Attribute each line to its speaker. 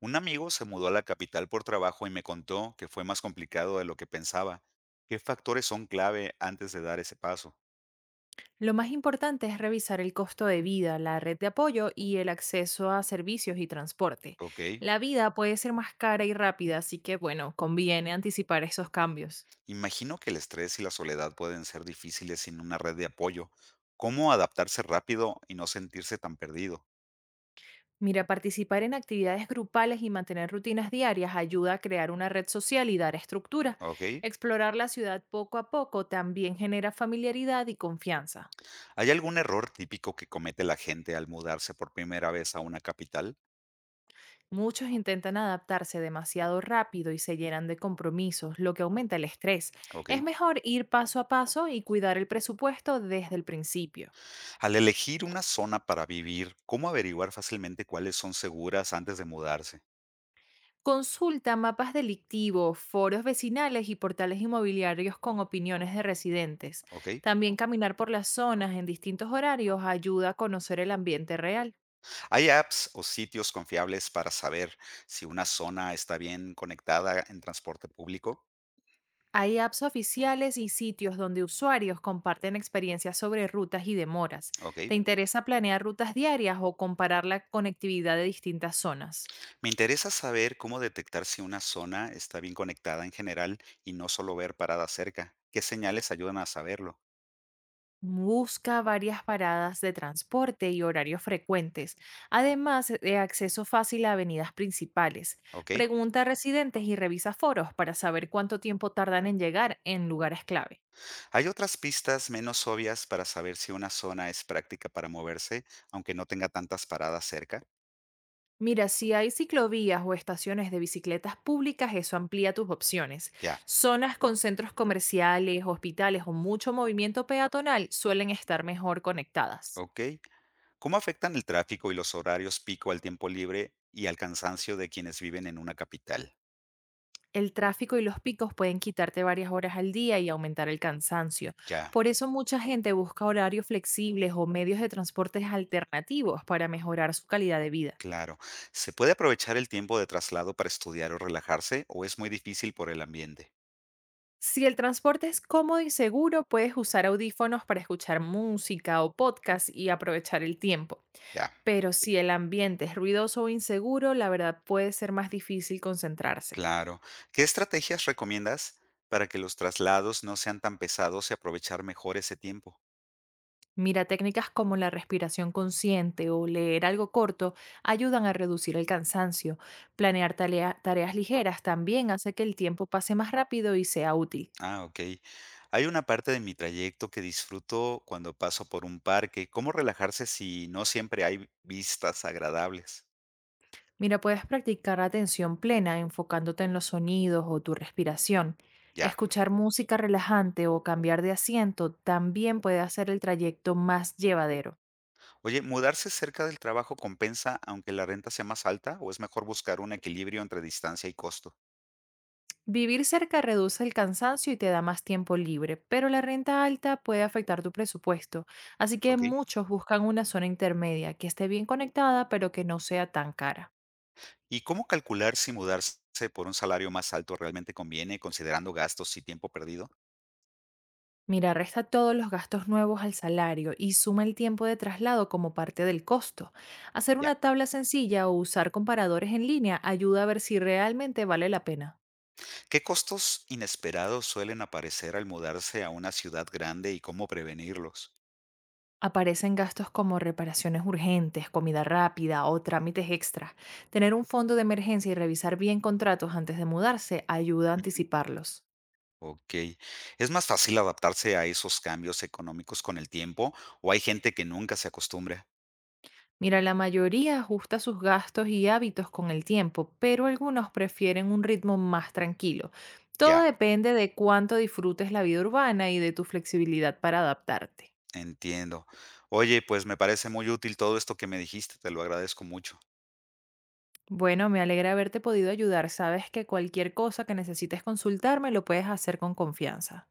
Speaker 1: Un amigo se mudó a la capital por trabajo y me contó que fue más complicado de lo que pensaba. ¿Qué factores son clave antes de dar ese paso?
Speaker 2: Lo más importante es revisar el costo de vida, la red de apoyo y el acceso a servicios y transporte.
Speaker 1: Ok.
Speaker 2: La vida puede ser más cara y rápida, así que bueno, conviene anticipar esos cambios.
Speaker 1: Imagino que el estrés y la soledad pueden ser difíciles sin una red de apoyo. ¿Cómo adaptarse rápido y no sentirse tan perdido?
Speaker 2: Mira, participar en actividades grupales y mantener rutinas diarias ayuda a crear una red social y dar estructura.
Speaker 1: Ok.
Speaker 2: Explorar la ciudad poco a poco también genera familiaridad y confianza.
Speaker 1: ¿Hay algún error típico que comete la gente al mudarse por primera vez a una capital?
Speaker 2: Muchos intentan adaptarse demasiado rápido y se llenan de compromisos, lo que aumenta el estrés.
Speaker 1: Ok.
Speaker 2: Es mejor ir paso a paso y cuidar el presupuesto desde el principio.
Speaker 1: Al elegir una zona para vivir, ¿cómo averiguar fácilmente cuáles son seguras antes de mudarse?
Speaker 2: Consulta mapas delictivos, foros vecinales y portales inmobiliarios con opiniones de residentes.
Speaker 1: Ok.
Speaker 2: También caminar por las zonas en distintos horarios ayuda a conocer el ambiente real.
Speaker 1: ¿Hay apps o sitios confiables para saber si una zona está bien conectada en transporte público?
Speaker 2: Hay apps oficiales y sitios donde usuarios comparten experiencias sobre rutas y demoras.
Speaker 1: Ok.
Speaker 2: ¿Te interesa planear rutas diarias o comparar la conectividad de distintas zonas?
Speaker 1: Me interesa saber cómo detectar si una zona está bien conectada en general y no solo ver paradas cerca. ¿Qué señales ayudan a saberlo?
Speaker 2: Busca varias paradas de transporte y horarios frecuentes, además de acceso fácil a avenidas principales.
Speaker 1: Ok.
Speaker 2: Pregunta a residentes y revisa foros para saber cuánto tiempo tardan en llegar en lugares clave.
Speaker 1: ¿Hay otras pistas menos obvias para saber si una zona es práctica para moverse, aunque no tenga tantas paradas cerca?
Speaker 2: Mira, si hay ciclovías o estaciones de bicicletas públicas, eso amplía tus opciones.
Speaker 1: Ya.
Speaker 2: Zonas con centros comerciales, hospitales o mucho movimiento peatonal suelen estar mejor conectadas.
Speaker 1: Ok. ¿Cómo afectan el tráfico y los horarios pico al tiempo libre y al cansancio de quienes viven en una capital?
Speaker 2: El tráfico y los picos pueden quitarte varias horas al día y aumentar el cansancio.
Speaker 1: Ya.
Speaker 2: Por eso mucha gente busca horarios flexibles o medios de transportes alternativos para mejorar su calidad de vida.
Speaker 1: Claro. ¿Se puede aprovechar el tiempo de traslado para estudiar o relajarse o es muy difícil por el ambiente?
Speaker 2: Si el transporte es cómodo y seguro, puedes usar audífonos para escuchar música o podcast y aprovechar el tiempo.
Speaker 1: Ya,
Speaker 2: Pero
Speaker 1: eh,
Speaker 2: si el ambiente es ruidoso o inseguro, la verdad puede ser más difícil concentrarse.
Speaker 1: claro. ¿Qué estrategias recomiendas para que los traslados no sean tan pesados y aprovechar mejor ese tiempo?
Speaker 2: Mira, técnicas como la respiración consciente o leer algo corto ayudan a reducir el cansancio. Planear tareas ligeras también hace que el tiempo pase más rápido y sea útil.
Speaker 1: Ah, ok. Hay una parte de mi trayecto que disfruto cuando paso por un parque. ¿Cómo relajarse si no siempre hay vistas agradables?
Speaker 2: Mira, puedes practicar atención plena enfocándote en los sonidos o tu respiración.
Speaker 1: Ya.
Speaker 2: Escuchar música relajante o cambiar de asiento también puede hacer el trayecto más llevadero.
Speaker 1: Oye, ¿mudarse cerca del trabajo compensa aunque la renta sea más alta o es mejor buscar un equilibrio entre distancia y costo?
Speaker 2: Vivir cerca reduce el cansancio y te da más tiempo libre, pero la renta alta puede afectar tu presupuesto, así que
Speaker 1: Ok.
Speaker 2: muchos buscan una zona intermedia que esté bien conectada pero que no sea tan cara.
Speaker 1: ¿Y cómo calcular si mudarse por un salario más alto realmente conviene, considerando gastos y tiempo perdido?
Speaker 2: Mira, resta todos los gastos nuevos al salario y suma el tiempo de traslado como parte del costo. Hacer
Speaker 1: Ya.
Speaker 2: una tabla sencilla o usar comparadores en línea ayuda a ver si realmente vale la pena.
Speaker 1: ¿Qué costos inesperados suelen aparecer al mudarse a una ciudad grande y cómo prevenirlos?
Speaker 2: Aparecen gastos como reparaciones urgentes, comida rápida o trámites extras. Tener un fondo de emergencia y revisar bien contratos antes de mudarse ayuda a anticiparlos.
Speaker 1: Ok. ¿Es más fácil adaptarse a esos cambios económicos con el tiempo o hay gente que nunca se acostumbra?
Speaker 2: Mira, la mayoría ajusta sus gastos y hábitos con el tiempo, pero algunos prefieren un ritmo más tranquilo. Todo
Speaker 1: Ya,
Speaker 2: depende de cuánto disfrutes la vida urbana y de tu flexibilidad para adaptarte.
Speaker 1: entiendo. Oye, pues me parece muy útil todo esto que me dijiste, te lo agradezco mucho.
Speaker 2: Bueno, me alegra haberte podido ayudar. Sabes que cualquier cosa que necesites consultarme lo puedes hacer con confianza.